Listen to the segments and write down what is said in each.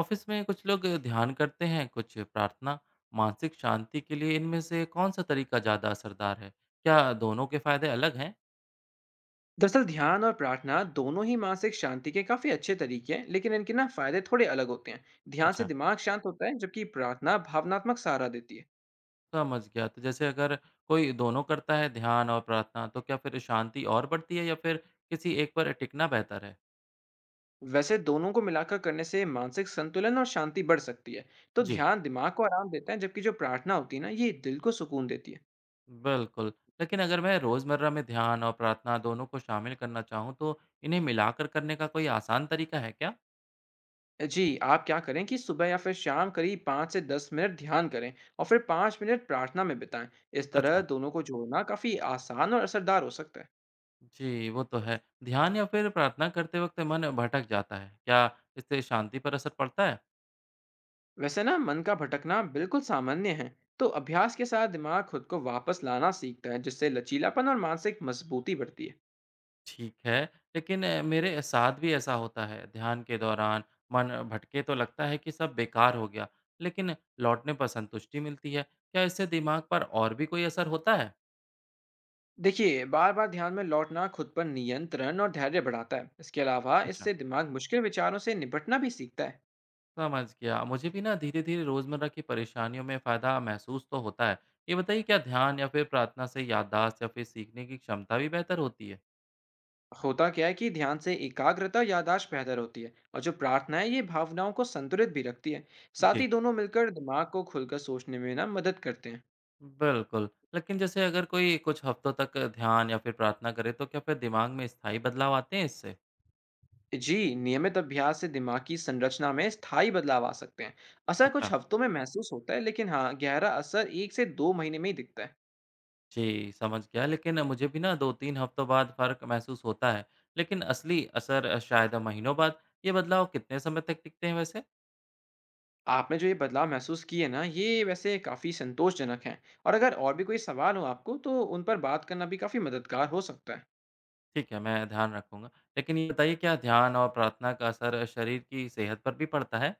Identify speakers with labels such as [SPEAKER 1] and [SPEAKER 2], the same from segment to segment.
[SPEAKER 1] Office में कुछ लोग ध्यान करते हैं, कुछ प्रार्थना। मानसिक शांति के लिए इनमें से कौन सा तरीका ज़्यादा असरदार है? क्या दोनों के फायदे अलग हैं?
[SPEAKER 2] दरअसल ध्यान और प्रार्थना दोनों ही मानसिक शांति के काफी अच्छे तरीके हैं, लेकिन इनके ना फायदे थोड़े अलग होते हैं। ध्यान से
[SPEAKER 1] अच्छा,
[SPEAKER 2] दिमाग शांत होता है, जबकि प्रार्थना भावनात्मक सहारा देती है।
[SPEAKER 1] समझ गया। तो जैसे अगर कोई दोनों करता है, ध्यान और प्रार्थना, तो क्या फिर शांति और बढ़ती है या फिर किसी एक पर टिकना बेहतर है?
[SPEAKER 2] वैसे दोनों को मिलाकर करने से मानसिक संतुलन और शांति बढ़ सकती है। तो
[SPEAKER 1] जी,
[SPEAKER 2] ध्यान दिमाग को आराम देता है, जबकि जो प्रार्थना होती है ना, ये दिल को सुकून देती है।
[SPEAKER 1] बिल्कुल। लेकिन अगर मैं रोज़मर्रा में ध्यान और प्रार्थना दोनों को शामिल करना चाहूँ तो इन्हें मिलाकर करने का कोई आसान तरीका है क्या?
[SPEAKER 2] जी, आप क्या करें कि सुबह या फिर शाम करीब पाँच से दस मिनट ध्यान करें, और फिर पाँच मिनट प्रार्थना में बिताएं। इस तरह
[SPEAKER 1] अच्छा।
[SPEAKER 2] दोनों को जोड़ना काफी आसान और असरदार हो सकता है।
[SPEAKER 1] जी, वो तो है। ध्यान या फिर प्रार्थना करते वक़्त मन भटक जाता है। क्या इससे शांति पर असर पड़ता है?
[SPEAKER 2] वैसे ना, मन का भटकना बिल्कुल सामान्य है। तो अभ्यास के साथ दिमाग खुद को वापस लाना सीखता है, जिससे लचीलापन और मानसिक मजबूती बढ़ती है।
[SPEAKER 1] ठीक है, लेकिन मेरे साथ भी ऐसा होता है। ध्यान के दौरान मन भटके तो लगता है कि सब बेकार हो गया, लेकिन लौटने पर संतुष्टि मिलती है। क्या इससे दिमाग पर और भी कोई असर होता है?
[SPEAKER 2] देखिए, बार बार ध्यान में लौटना खुद पर नियंत्रण और धैर्य बढ़ाता है। इसके अलावा
[SPEAKER 1] अच्छा,
[SPEAKER 2] इससे दिमाग मुश्किल विचारों से निपटना भी सीखता है।
[SPEAKER 1] समझ गया। मुझे भी ना धीरे-धीरे रोज़मर्रा की परेशानियों में फ़ायदा महसूस तो होता है। ये बताइए, क्या ध्यान या फिर प्रार्थना से याददाश्त या फिर सीखने की क्षमता भी बेहतर होती है?
[SPEAKER 2] होता क्या है कि ध्यान से एकाग्रता और याददाश्त बेहतर होती है, और जो प्रार्थना है, ये भावनाओं को संतुलित भी रखती है। साथ ही
[SPEAKER 1] जी,
[SPEAKER 2] दोनों मिलकर दिमाग को खुलकर सोचने में ना मदद करते हैं।
[SPEAKER 1] बिल्कुल। लेकिन जैसे अगर कोई कुछ हफ्तों तक ध्यान या फिर प्रार्थना करे तो क्या फिर दिमाग में स्थायी बदलाव आते हैं इससे?
[SPEAKER 2] जी, नियमित अभ्यास से दिमाग की संरचना में स्थायी बदलाव आ सकते हैं। असर कुछ
[SPEAKER 1] अच्छा।
[SPEAKER 2] हफ्तों में महसूस होता है, लेकिन हाँ, गहरा असर 1 से 2 महीने में ही दिखता है।
[SPEAKER 1] जी, समझ गया। लेकिन मुझे भी ना 2-3 हफ्तों बाद फ़र्क महसूस होता है। लेकिन असली असर शायद महीनों बाद। ये बदलाव कितने समय तक टिकते हैं वैसे?
[SPEAKER 2] आपने जो ये बदलाव महसूस किए ना, ये वैसे काफ़ी संतोषजनक हैं। और अगर और भी कोई सवाल हो आपको, तो उन पर बात करना भी काफ़ी मददगार हो सकता है।
[SPEAKER 1] ठीक है, मैं ध्यान रखूँगा। लेकिन ये बताइए, क्या ध्यान और प्रार्थना का असर शरीर की सेहत पर भी पड़ता है?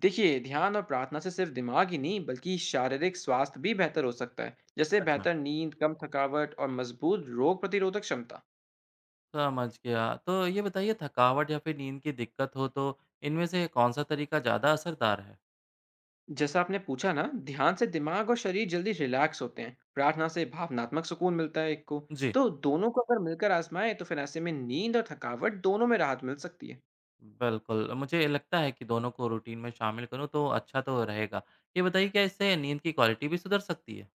[SPEAKER 2] देखिए, ध्यान और प्रार्थना से सिर्फ दिमाग ही नहीं, बल्कि शारीरिक स्वास्थ्य भी बेहतर हो सकता है, जैसे
[SPEAKER 1] अच्छा,
[SPEAKER 2] बेहतर नींद, कम थकावट और मजबूत रोग प्रतिरोधक क्षमता।
[SPEAKER 1] समझ गया। तो ये बताइए, थकावट या फिर नींद की दिक्कत हो तो इनमें से कौन-सा तरीका ज़्यादा असरदार है?
[SPEAKER 2] जैसा आपने पूछा ना, ध्यान से दिमाग और शरीर जल्दी रिलैक्स होते हैं। प्रार्थना से भावनात्मक सुकून मिलता है। एक को,
[SPEAKER 1] जी।
[SPEAKER 2] तो दोनों को अगर मिलकर आजमाएं, तो फिर ऐसे में नींद और थकावट दोनों में राहत मिल सकती है।
[SPEAKER 1] बिल्कुल, मुझे लगता है कि दोनों को रूटीन में शामिल करूँ तो अच्छा तो रहेगा। ये बताइए, क्या इससे नींद की क्वालिटी भी सुधर सकती है?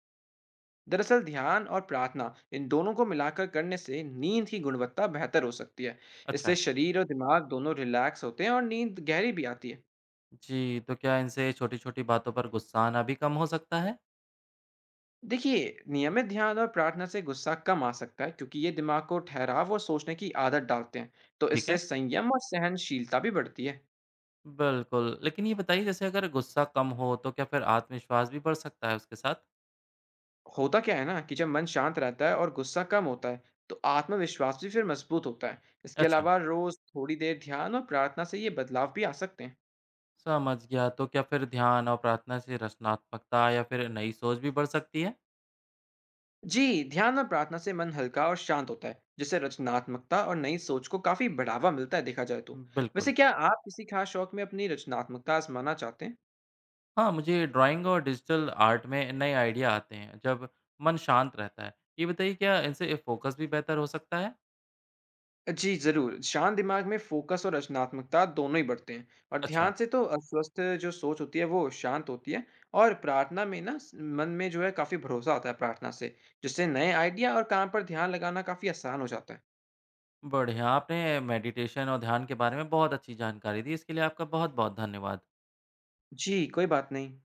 [SPEAKER 2] दरअसल ध्यान और प्रार्थना, इन दोनों को मिलाकर करने से नींद की गुणवत्ता बेहतर हो सकती है। इससे
[SPEAKER 1] अच्छा।
[SPEAKER 2] शरीर और दिमाग दोनों रिलैक्स होते हैं और नींद गहरी भी आती है।
[SPEAKER 1] जी, तो क्या इनसे छोटी-छोटी बातों पर गुस्सा आना भी कम हो सकता है?
[SPEAKER 2] देखिए, नियमित ध्यान और प्रार्थना से गुस्सा कम आ सकता है, क्योंकि ये दिमाग को ठहराव और सोचने की आदत डालते हैं। तो
[SPEAKER 1] ठीक
[SPEAKER 2] इससे
[SPEAKER 1] है।
[SPEAKER 2] संयम और सहनशीलता भी बढ़ती है।
[SPEAKER 1] बिल्कुल, लेकिन ये बताइए, जैसे अगर गुस्सा कम हो तो क्या फिर आत्मविश्वास भी बढ़ सकता है उसके साथ?
[SPEAKER 2] होता क्या है ना, कि जब मन शांत रहता है और गुस्सा कम होता है, तो आत्मविश्वास भी फिर मजबूत होता है। इसके
[SPEAKER 1] अच्छा,
[SPEAKER 2] अलावा रोज थोड़ी देर ध्यान और प्रार्थना से ये बदलाव भी आ सकते हैं।
[SPEAKER 1] समझ गया। तो क्या फिर ध्यान और प्रार्थना से रचनात्मकता या फिर नई सोच भी बढ़ सकती है?
[SPEAKER 2] जी, ध्यान और प्रार्थना से मन हल्का और शांत होता है, जिससे रचनात्मकता और नई सोच को काफी बढ़ावा मिलता है, देखा जाए तो।
[SPEAKER 1] बिल्कुल।
[SPEAKER 2] वैसे क्या आप किसी खास शौक में अपनी रचनात्मकता आजमाना चाहते हैं?
[SPEAKER 1] हाँ, मुझे ड्राइंग और डिजिटल आर्ट में नए आइडिया आते हैं जब मन शांत रहता है। ये बताइए, क्या इनसे फोकस भी बेहतर हो सकता है?
[SPEAKER 2] जी, ज़रूर। शांत दिमाग में फ़ोकस और रचनात्मकता दोनों ही बढ़ते हैं। और
[SPEAKER 1] अच्छा।
[SPEAKER 2] ध्यान से तो अस्वस्थ जो सोच होती है, वो शांत होती है। और प्रार्थना में ना, स मन में जो है, काफ़ी भरोसा आता है प्रार्थना से, जिससे नए आइडिया और काम पर ध्यान लगाना काफ़ी आसान हो जाता है।
[SPEAKER 1] बढ़िया, आपने मेडिटेशन और ध्यान के बारे में बहुत अच्छी जानकारी दी। इसके लिए आपका बहुत-बहुत धन्यवाद।
[SPEAKER 2] जी, कोई बात नहीं।